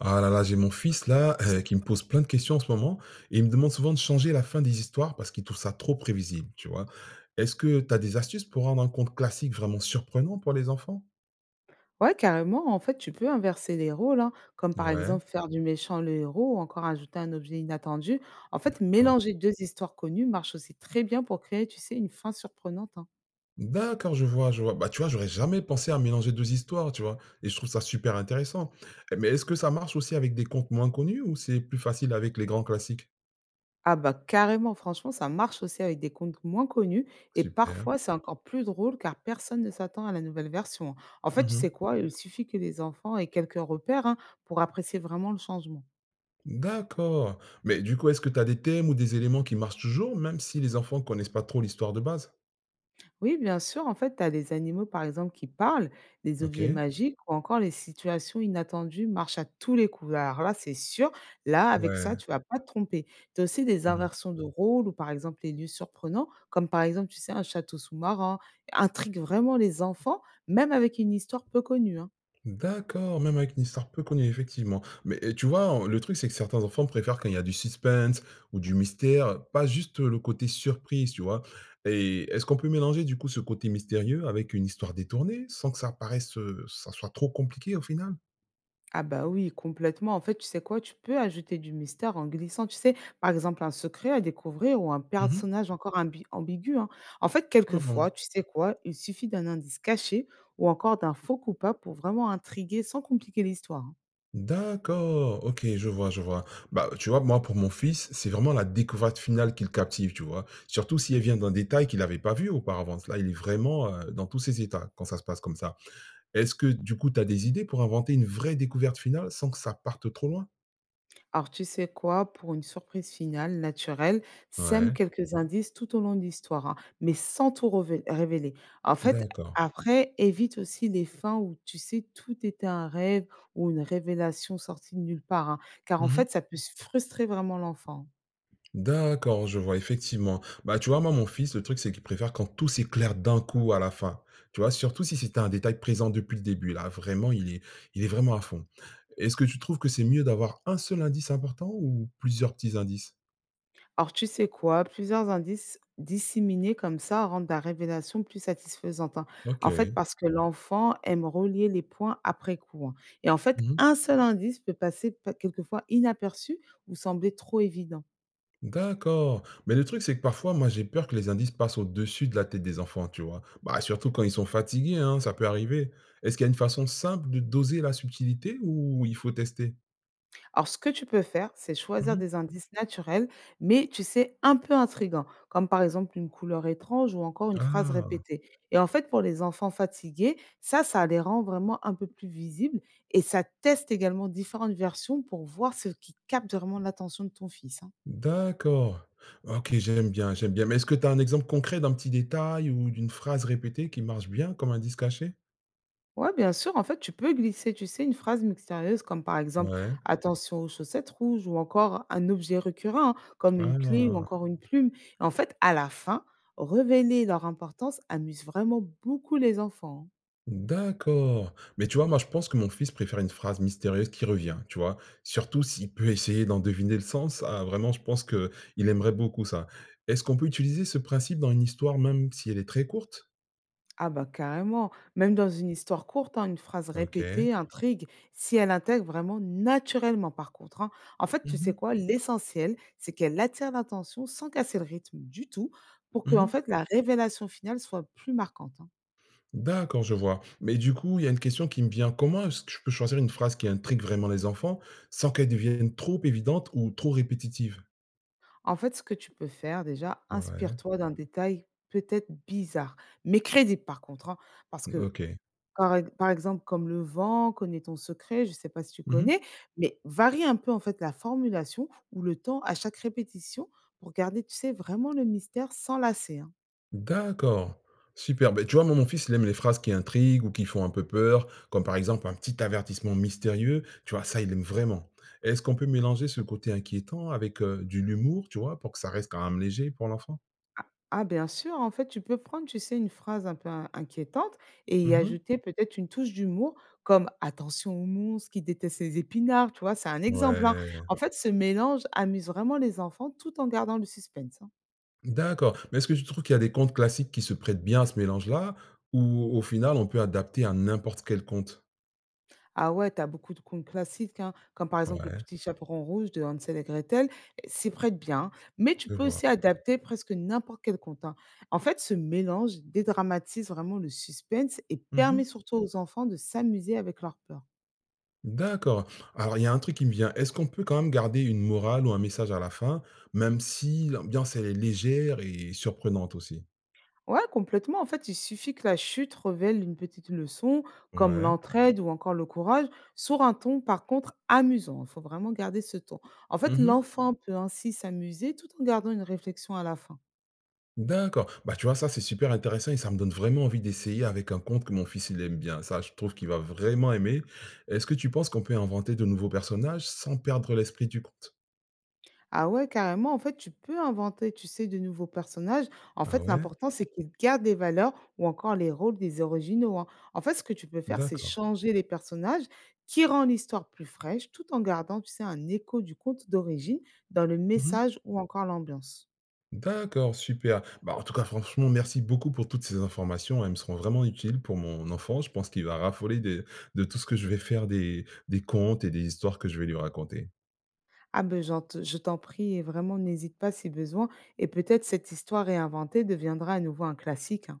Ah là là, j'ai mon fils là, qui me pose plein de questions en ce moment et il me demande souvent de changer la fin des histoires parce qu'il trouve ça trop prévisible, tu vois? Est-ce que tu as des astuces pour rendre un conte classique vraiment surprenant pour les enfants? Ouais, carrément, en fait, tu peux inverser les rôles, hein, comme par Ouais, exemple faire du méchant le héros ou encore ajouter un objet inattendu. En fait, d'accord. mélanger deux histoires connues marche aussi très bien pour créer, tu sais, une fin surprenante, hein. D'accord, je vois, je vois. Bah, tu vois, j'aurais jamais pensé à mélanger 2 histoires, tu vois? Et je trouve ça super intéressant. Eh mais est-ce que ça marche aussi avec des contes moins connus ou c'est plus facile avec les grands classiques? Ah bah carrément, franchement, ça marche aussi avec des comptes moins connus et Super. parfois c'est encore plus drôle car personne ne s'attend à la nouvelle version. En fait, tu sais Mmh. quoi, il suffit que les enfants aient quelques repères, hein, pour apprécier vraiment le changement. D'accord. Mais du coup, est-ce que tu as des thèmes ou des éléments qui marchent toujours, même si les enfants connaissent pas trop l'histoire de base? Oui, bien sûr, en fait, tu as des animaux, par exemple, qui parlent, des objets OK. magiques ou encore les situations inattendues marchent à tous les coups. Alors là, c'est sûr, là, avec ça, Ouais. tu vas pas te tromper. Tu as aussi des Mmh. inversions de rôle ou, par exemple, les lieux surprenants, comme par exemple, tu sais, un château sous-marin, intrigue vraiment les enfants, même avec une histoire peu connue, hein. D'accord, même avec une histoire peu connue, effectivement. Mais et tu vois, le truc, c'est que certains enfants préfèrent quand il y a du suspense ou du mystère, pas juste le côté surprise, tu vois? Et est-ce qu'on peut mélanger, du coup, ce côté mystérieux avec une histoire détournée, sans que ça paraisse, ça soit trop compliqué au final? Ah bah oui, complètement. En fait, tu sais quoi? Tu peux ajouter du mystère en glissant, tu sais, par exemple, un secret à découvrir ou un Mmh. personnage encore ambigu, hein. En fait, Ah quelquefois, bon? tu sais quoi? Il suffit d'un indice caché ou encore d'un faux coupable pour vraiment intriguer sans compliquer l'histoire, hein. D'accord, OK, je vois, je vois. Bah, tu vois, moi, pour mon fils, c'est vraiment la découverte finale qui le captive, tu vois. Surtout si elle vient d'un détail qu'il n'avait pas vu auparavant. Là, il est vraiment dans tous ses états quand ça se passe comme ça. Est-ce que, du coup, tu as des idées pour inventer une vraie découverte finale sans que ça parte trop loin? Alors, tu sais quoi? Pour une surprise finale, naturelle, sème Ouais, quelques indices tout au long de l'histoire, hein, mais sans tout révéler. En fait, d'accord. après, évite aussi les fins où, tu sais, tout était un rêve ou une révélation sortie de nulle part, hein, car en fait, ça peut frustrer vraiment l'enfant. D'accord, je vois, effectivement. Bah, tu vois, moi, mon fils, le truc, c'est qu'il préfère quand tout s'éclaire d'un coup à la fin. Tu vois, surtout si c'était un détail présent depuis le début. Là, vraiment, il est vraiment à fond. Est-ce que tu trouves que c'est mieux d'avoir un seul indice important ou plusieurs petits indices? Alors, tu sais quoi? Plusieurs indices disséminés comme ça rendent la révélation plus satisfaisante, hein. Ok. En fait, parce que l'enfant aime relier les points après coup, hein. Et en fait, Mhm. un seul indice peut passer quelquefois inaperçu ou sembler trop évident. D'accord. Mais le truc, c'est que parfois, moi, j'ai peur que les indices passent au-dessus de la tête des enfants, tu vois. Bah, surtout quand ils sont fatigués, hein, ça peut arriver. Est-ce qu'il y a une façon simple de doser la subtilité ou il faut tester? Alors, ce que tu peux faire, c'est choisir Mhm. des indices naturels, mais tu sais, un peu intrigants, comme par exemple une couleur étrange ou encore une phrase Ah. répétée. Et en fait, pour les enfants fatigués, ça les rend vraiment un peu plus visibles et ça teste également différentes versions pour voir ce qui capte vraiment l'attention de ton fils, hein. D'accord. OK, j'aime bien, j'aime bien. Mais est-ce que tu as un exemple concret d'un petit détail ou d'une phrase répétée qui marche bien comme indice caché? Ouais, bien sûr, en fait, tu peux glisser, tu sais, une phrase mystérieuse comme par exemple Ouais. attention aux chaussettes rouges ou encore un objet récurrent, hein, comme une clé ou Ah! encore une plume. Et en fait, à la fin, révéler leur importance amuse vraiment beaucoup les enfants, hein. D'accord. Mais tu vois, moi, je pense que mon fils préfère une phrase mystérieuse qui revient, tu vois? Surtout s'il peut essayer d'en deviner le sens. Ah, vraiment, je pense que il aimerait beaucoup ça. Est-ce qu'on peut utiliser ce principe dans une histoire même si elle est très courte? Ah bah carrément, même dans une histoire courte, hein, une phrase OK. répétée intrigue si elle intègre vraiment naturellement par contre, hein. En fait, Mmh tu sais mh. quoi, l'essentiel, c'est qu'elle attire l'attention sans casser le rythme du tout pour que en Mmh. fait la révélation finale soit plus marquante, hein. D'accord, je vois. Mais du coup, il y a une question qui me vient. Comment est-ce que je peux choisir une phrase qui intrigue vraiment les enfants sans qu'elle devienne trop évidente ou trop répétitive? En fait, ce que tu peux faire déjà, Ouais, inspire-toi d'un détail peut-être bizarre, mais crédible par contre, hein, parce que OK. par exemple, comme le vent, connais ton secret, je ne sais pas si tu Mmh. connais, mais varie un peu en fait la formulation ou le temps à chaque répétition pour garder, tu sais, vraiment le mystère sans lasser, hein. D'accord. Super. Beh, tu vois, moi, mon fils, il aime les phrases qui intriguent ou qui font un peu peur, comme par exemple un petit avertissement mystérieux. Tu vois, ça, il aime vraiment. Est-ce qu'on peut mélanger ce côté inquiétant avec, de l'humour, tu vois, pour que ça reste quand même léger pour l'enfant? Ah bien sûr, en fait, tu peux prendre, tu sais, une phrase un peu inquiétante et y Mhm. ajouter peut-être une touche d'humour comme attention aux monstres qui détestent les épinards, tu vois, c'est un exemple, hein. Ouais. En fait, ce mélange amuse vraiment les enfants tout en gardant le suspense, hein. D'accord, mais est-ce que tu trouves qu'il y a des contes classiques qui se prêtent bien à ce mélange-là? Ou au final, on peut adapter à n'importe quel conte? Ah ouais, t'as beaucoup de contes classiques, hein, comme par exemple Le Ouais, Petit Chaperon Rouge de Hansel et Gretel, s'y prête bien, hein, mais tu je peux vois. aussi adapter presque n'importe quel conte, hein. En fait, ce mélange dédramatise vraiment le suspense et permet Mmh. surtout aux enfants de s'amuser avec leur peur. D'accord. Alors il y a un truc qui me vient, est-ce qu'on peut quand même garder une morale ou un message à la fin, même si l'ambiance elle est légère et surprenante aussi? Ouais, complètement. En fait, il suffit que la chute révèle une petite leçon, comme Ouais. l'entraide ou encore le courage, sur un ton, par contre, amusant. Il faut vraiment garder ce ton. En fait, Mmh. l'enfant peut ainsi s'amuser tout en gardant une réflexion à la fin. D'accord. Bah, tu vois, ça, c'est super intéressant et ça me donne vraiment envie d'essayer avec un conte que mon fils, il aime bien. Ça, je trouve qu'il va vraiment aimer. Est-ce que tu penses qu'on peut inventer de nouveaux personnages sans perdre l'esprit du conte? Ah ouais, carrément. En fait, tu peux inventer, tu sais, de nouveaux personnages. En Ah fait, ouais? l'important, c'est qu'ils gardent les valeurs ou encore les rôles des originaux, hein. En fait, ce que tu peux faire, c'est D'accord. changer les personnages qui rend l'histoire plus fraîche tout en gardant, tu sais, un écho du conte d'origine dans le Mmh. message ou encore l'ambiance. D'accord, super. Bah, en tout cas, franchement, merci beaucoup pour toutes ces informations, hein. Elles me seront vraiment utiles pour mon enfant. Je pense qu'il va raffoler des de tout ce que je vais faire des contes et des histoires que je vais lui raconter. Ah ben, je t'en prie, et vraiment, n'hésite pas si besoin. Et peut-être cette histoire réinventée deviendra à nouveau un classique, hein.